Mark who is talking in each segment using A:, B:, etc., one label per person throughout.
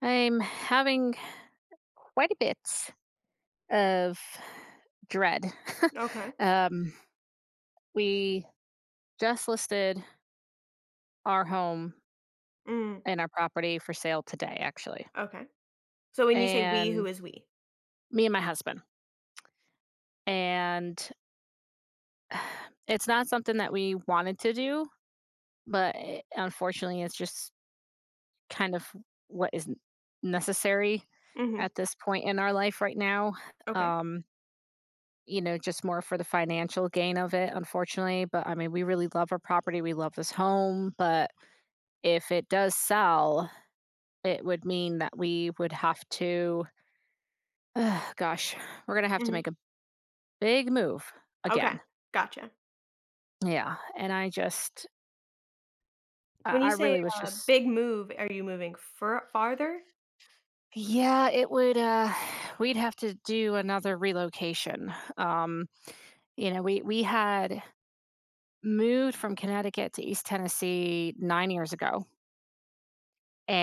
A: I'm having quite a bit of dread.
B: Okay.
A: um, we just listed our home
B: Mm,
A: and our property for sale today, actually,
B: okay. So when you say "we," who
A: and
B: is "we"?
A: me and my husband. And it's not something that we wanted to do, but unfortunately, it's just kind of what is n- necessary
B: Mhm.
A: at this point in our life right now.
B: Okay.
A: Um, just more for the financial gain of it, unfortunately, but, I mean, we really love our property, we love this home, but if it does sell, it would mean that we would have to ugh, gosh, we're gonna have to
B: Mhm.
A: make a big move
B: Okay.
A: again.
B: Gotcha.
A: Yeah, and I just I
B: So when
A: I
B: you say,
A: really was just.
B: "big move," are you moving fur farther?
A: Yeah, it would, we'd have to do another relocation. We had moved from Connecticut to East Tennessee 9 years ago,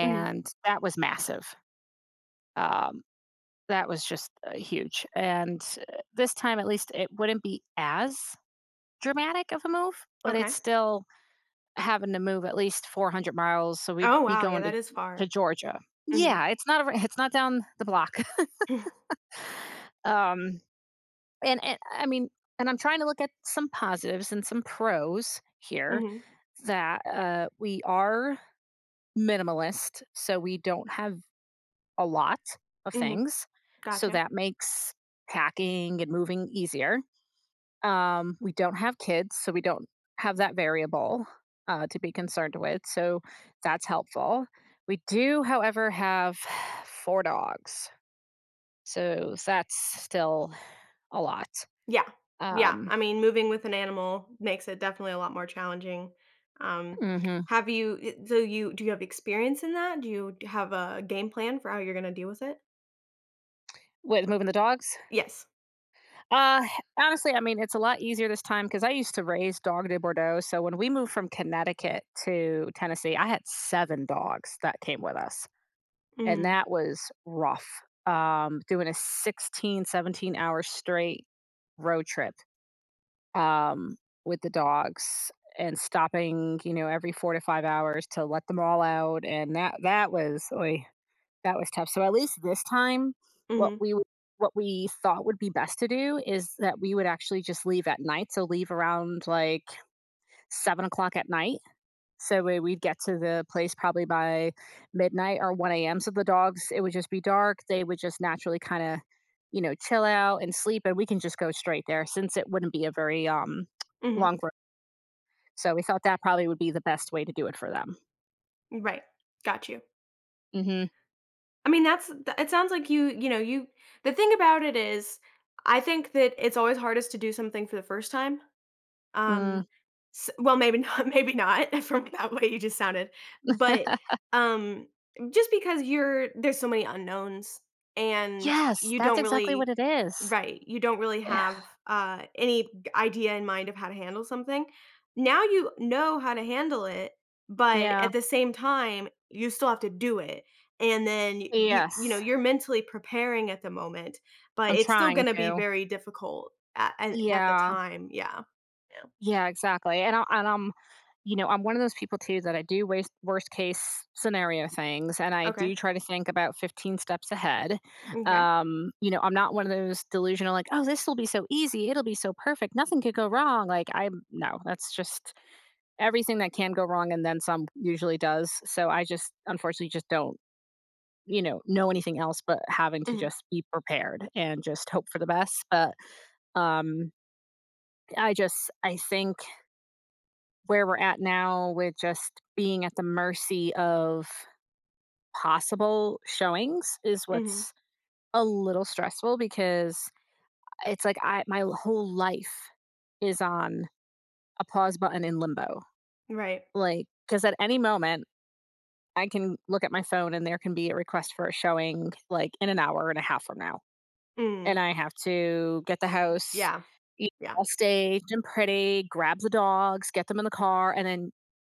B: Mhm.
A: that was massive. Um, that was just, huge, and, this time, at least, it wouldn't be as dramatic of a move, but it's
B: Okay.
A: still having to move at least 400 miles, so we'd
B: Oh,
A: be
B: wow. Yeah,
A: going
B: that is
A: to
B: far.
A: Georgia.
B: Mhm.
A: Yeah, it's not a r it's not down the block. Um, and I mean, and I'm trying to look at some positives and some pros here
B: Mhm. Mhm.
A: that, we are minimalist, so we don't have a lot of things, so
B: Gotcha.
A: that makes packing and moving easier. We don't have kids, so we don't have that variable to be concerned with. So that's helpful. We do, however, have four dogs. So that's still a lot.
B: Yeah. Yeah.
A: Um,
B: I mean, moving with an animal makes it definitely a lot more challenging. Um,
A: hmm
B: have you I so you do you have experience in that? Do you d have a game plan for how you're gonna deal with it?
A: With moving the dogs,
B: Yes.
A: uh, honestly, I mean, it's a lot easier this time because I used to raise dog de Bordeaux. So when we moved from Connecticut to Tennessee, I had seven dogs that came with us. And
B: Mm.
A: that was rough. Doing a 16, 17-hour straight road trip um, with the dogs and stopping, every 4 to 5 hours to let them all out. And that was oy, that was tough. So at least this time, what
B: Mhm.
A: we would what we thought would be best to do is that we would actually just leave at night. So leave around like 7 o'clock at night, so we'd get to the place probably by midnight or 1 a.m., so the dogs, it would just be dark, they would just naturally kinda, chill out and sleep, and we can just go straight there since it wouldn't be a very,
B: Mhm.
A: long road. So we thought that probably would be the best way to do it for them.
B: Right. Got you.
A: Mhm.
B: I mean, that's th it sounds like you know, you the thing about it is, I think that it's always hardest to do something for the first time,
A: Mm.
B: um, s well, maybe not maybe not from that way you just sounded, but, um, just because you're there's so many unknowns, and
A: Yes,
B: you
A: that's
B: don't
A: exactly what
B: really—
A: it is.
B: right, you don't really have, any g idea in mind of how to handle something. Now you know how to handle it, but
A: Yeah.
B: at the same time, you still have to do it, and then y
A: Yeah.
B: you you know,
A: Yes.
B: you're mentally preparing at the moment, but
A: I'm
B: it's still
A: trying
B: gonna be
A: to.
B: very difficult at the
A: Yeah.
B: time, yeah. Yeah.
A: Yeah, exactly. And I and I'm you know, I'm one of those people too that I do waste worst case scenario things, and I do
B: Okay.
A: try to think about 15 steps ahead.
B: Okay.
A: I'm not one of those delusional, like, oh, this will be so easy, it'll be so perfect, nothing could go wrong. Like, I'm no, that's just everything that can go wrong and then some usually does. So I just unfortunately just don't, know anything else but having to
B: Mhm.
A: just be prepared and just hope for the best. But um I think where we're at now with just being at the mercy of possible showings is
B: Mhm.
A: what's a little stressful, because it's like I my whole life is on a pause button in limbo.
B: Right.
A: Like, cuz at any moment I can look at my phone and there can be a request for a showing, like, in an hour and a half from now. And
B: Mm.
A: I have to get the house,
B: Yeah.
A: you
B: Yeah.
A: all staged and pretty, grab the dogs, get them in the car, and then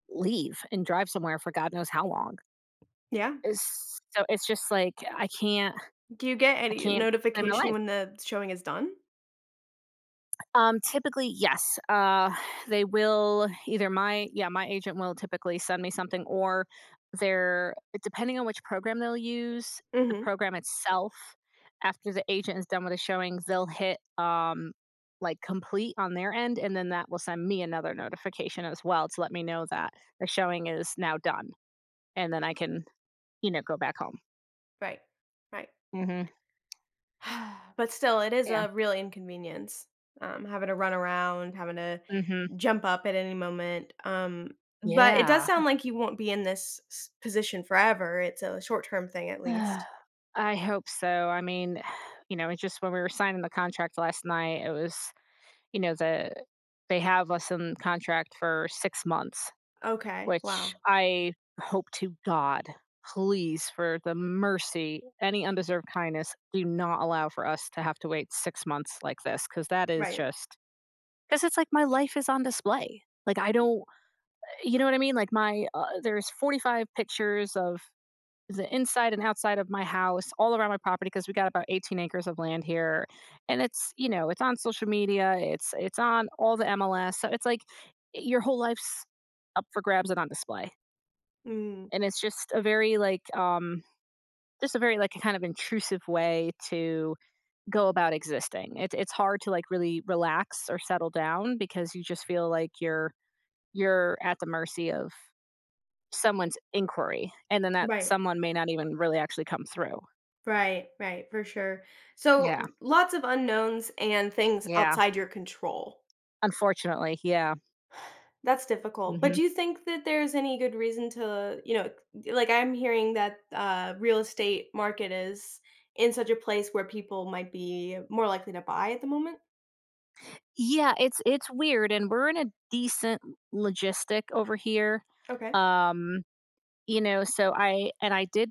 A: leave and drive somewhere for God knows how long.
B: Yeah.
A: It's just like
B: Do you get
A: I
B: any
A: can't plan my
B: notification
A: life.
B: when the showing is done?
A: Typically, yes. They will either my yeah, My agent will typically send me something, or they're, depending on which program they'll use, the
B: Mhm.
A: program itself, after the agent is done with the showings, they'll hit, like, complete on their end, and then that will send me another notification as well to let me know that the showing is now done, and then I can, go back home.
B: Right. Right.
A: Mhm.
B: But still, it is
A: Yeah.
B: a real inconvenience, having to run around, having to
A: Mhm.
B: jump up at any moment, but it does
A: Yeah.
B: sound like you won't be in this s position forever, it's a short-term thing at
A: Uh,
B: least.
A: I hope so. I mean, it's just when we were signing the contract last night, it was, you know, the they have us in contract for 6 months,
B: Okay.
A: which
B: Wow.
A: I hope to God, please, for the mercy, any undeserved kindness, do not allow for us to have to wait 6 months like this. Cause that is
B: Right.
A: just, cause it's like my life is on display. Like, I don't, you know what I mean? Like, my, there's 45 pictures of the inside and outside of my house, all around my property, because we got about 18 acres of land here. And it's on social media, it's on all the MLS. So it's like your whole life's up for grabs and on display.
B: Mm.
A: And it's just a very like a kind of intrusive way to go about existing. It's hard to, like, really relax or settle down, because you just feel like you're at the mercy of someone's inquiry, and then that
B: Right.
A: someone may not even really actually come through.
B: Right, right, for sure. So
A: Yeah.
B: lots of unknowns and things
A: Yeah,
B: outside your control.
A: unfortunately, yeah,
B: That's difficult. But
A: mhm.
B: do you think that there's any good reason to, you know, like I'm hearing that real estate market is in such a place where people might be more likely to buy at the moment?
A: Yeah, it's weird, and we're in a decent logistic over here,
B: Okay.
A: um, so I and I did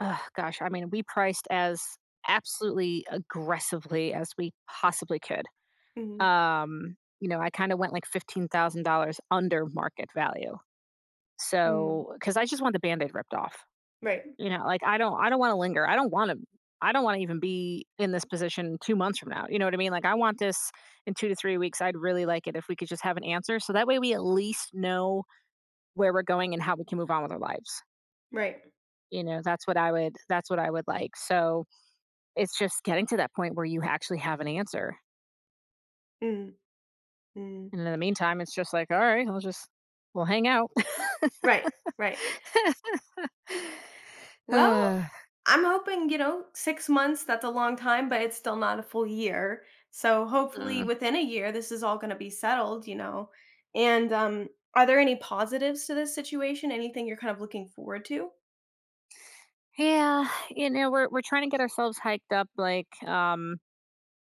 A: Gosh, I mean, we priced as absolutely aggressively as we possibly could,
B: Mm-hmm.
A: I kinda went, like, $15,000 under market value,
B: Mm-hmm.
A: so because I just want the Band-Aid ripped off.
B: Right,
A: Like, I don't wanna linger. I don't wanna even be in this position 2 months from now, you know what I mean? Like, I want this in 2 to 3 weeks. I'd really like it if we could just have an answer, so that way we at least know where we're going and how we can move on with our lives.
B: right.
A: That's what I would like. So, it's just getting to that point where you actually have an answer.
B: Mm-hmm. Mm-hmm.
A: And in the meantime, it's just like, "All right, I'll just we'll hang out."
B: Right, right.
A: Uh,
B: Well, I'm hoping, you know, 6 months, that's a long time, but it's still not a full year. So
A: Mm.
B: hopefully within a year this is all gonna be settled, you know? And, are there any positives to this situation? Anything you're kind of looking forward to?
A: Yeah, we're trying to get ourselves hiked up, like,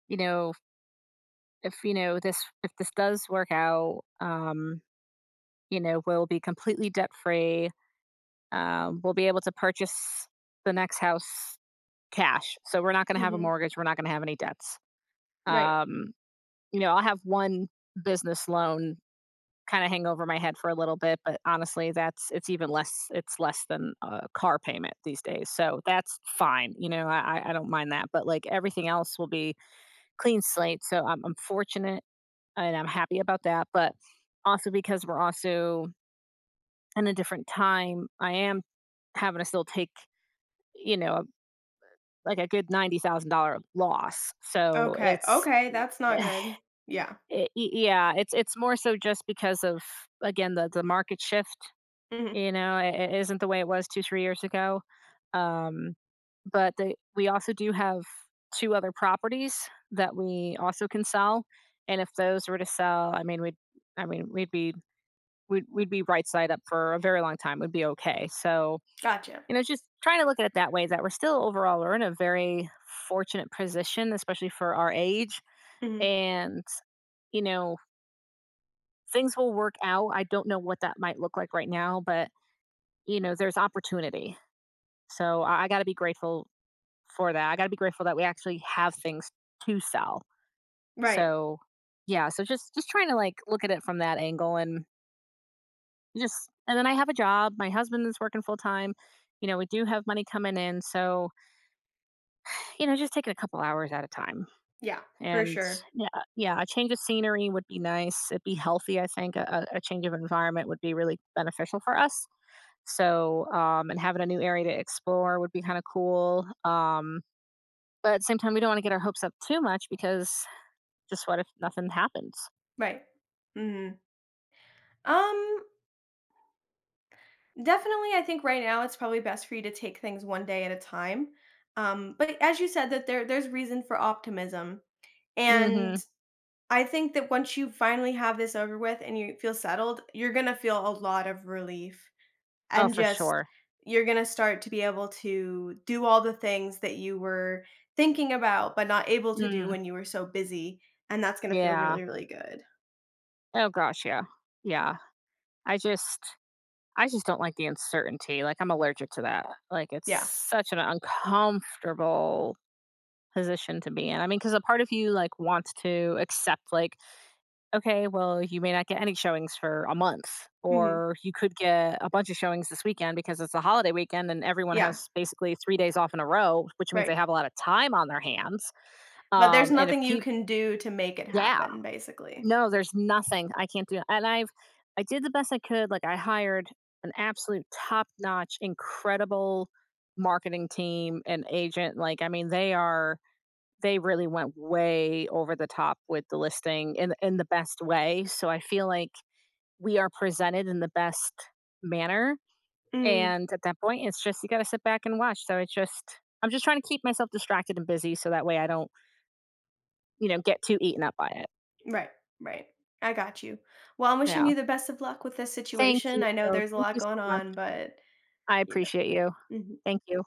A: you know if this does work out, we'll be completely debt free. We'll be able to purchase the next house cash, so we're not going to have a
B: Mhm.
A: mortgage, we're not going to have any debts.
B: Right.
A: um I'll have one business loan kind of hang over my head for a little bit, but honestly, that's it's even less, it's less than a car payment these days, so that's fine. I don't mind that, but like everything else will be clean slate. So I'm fortunate and I'm happy about that, but also because we're also in a different time, I am having to still take, you know, like a good $90,000 loss. So
B: Okay.
A: it's
B: Okay, that's not good. Yeah.
A: it's more so just because of, again, the market shift.
B: Mhm.
A: It isn't the way it was 2 3 years ago. Um but we also do have two other properties that we also can sell, and if those were to sell, I mean I mean we'd be we'd be right side up for a very long time. We'd be okay. So,
B: Gotcha.
A: just trying to look at it that way, that we're still, overall, we're in a very fortunate position, especially for our age.
B: Mhm.
A: And, you know, things will work out. I don't know what that might look like right now, but there's opportunity. So I gotta be grateful for that. I gotta be grateful that we actually have things to sell.
B: Right.
A: So yeah, so just trying to, like, look at it from that angle. And then I have a job, my husband is working full time, we do have money coming in, so, just taking a couple hours at a time,
B: Yeah, for
A: and
B: sure.
A: yeah, yeah, a change of scenery would be nice, it'd be healthy, I think, a change of environment would be really beneficial for us, so, and having a new area to explore would be kinda cool, but at the same time, we don't wanna get our hopes up too much because, just, what if nothing happens?
B: Right. Mhm. Um, definitely, I think right now it's probably best for you to take things one day at a time. But as you said, that there's reason for optimism, and
A: Mhm.
B: I think that once you finally have this over with and you feel settled, you're gonna feel a lot of relief,
A: Oh,
B: and
A: for
B: just
A: sure.
B: you're gonna start to be able to do all the things that you were thinking about but not able to do
A: Mm,
B: when you were so busy, and that's gonna feel
A: yeah.
B: really, really good.
A: Oh gosh, yeah. Yeah. I just I just don't like the uncertainty, like, I'm allergic to that. Like, it's
B: Yeah.
A: such an uncomfortable position to be in. I mean, because a part of you, like, wants to accept, like, "Okay, well, you may not get any showings for a month,
B: Hmm.
A: or you could get a bunch of showings this weekend because it's a holiday weekend and everyone has
B: Yeah.
A: basically 3 days off in a row," which means they
B: Right.
A: have a lot of time on their hands,
B: But there's
A: and if
B: nothing you
A: people,
B: can do to make it
A: yeah.
B: happen, basically.
A: No, there's nothing. I can't do, and I did the best I could, like, I hired an absolute top-notch, incredible marketing team and agent, like, I mean, they really went way over the top with the listing in the best way, so I feel like we are presented in the best manner,
B: Mm,
A: and at that point, it's just you gotta sit back and watch, so it's just I'm just trying to keep myself distracted and busy so that way I don't, get too eaten up by it.
B: right, right. I got you. Well, I'm wishing
A: Yeah.
B: you the best of luck with this
A: Thank
B: situation.
A: you.
B: I know there's a
A: Thank
B: lot
A: you
B: going
A: so much.
B: on, but
A: I
B: you know.
A: appreciate you.
B: Mhm.
A: Thank you.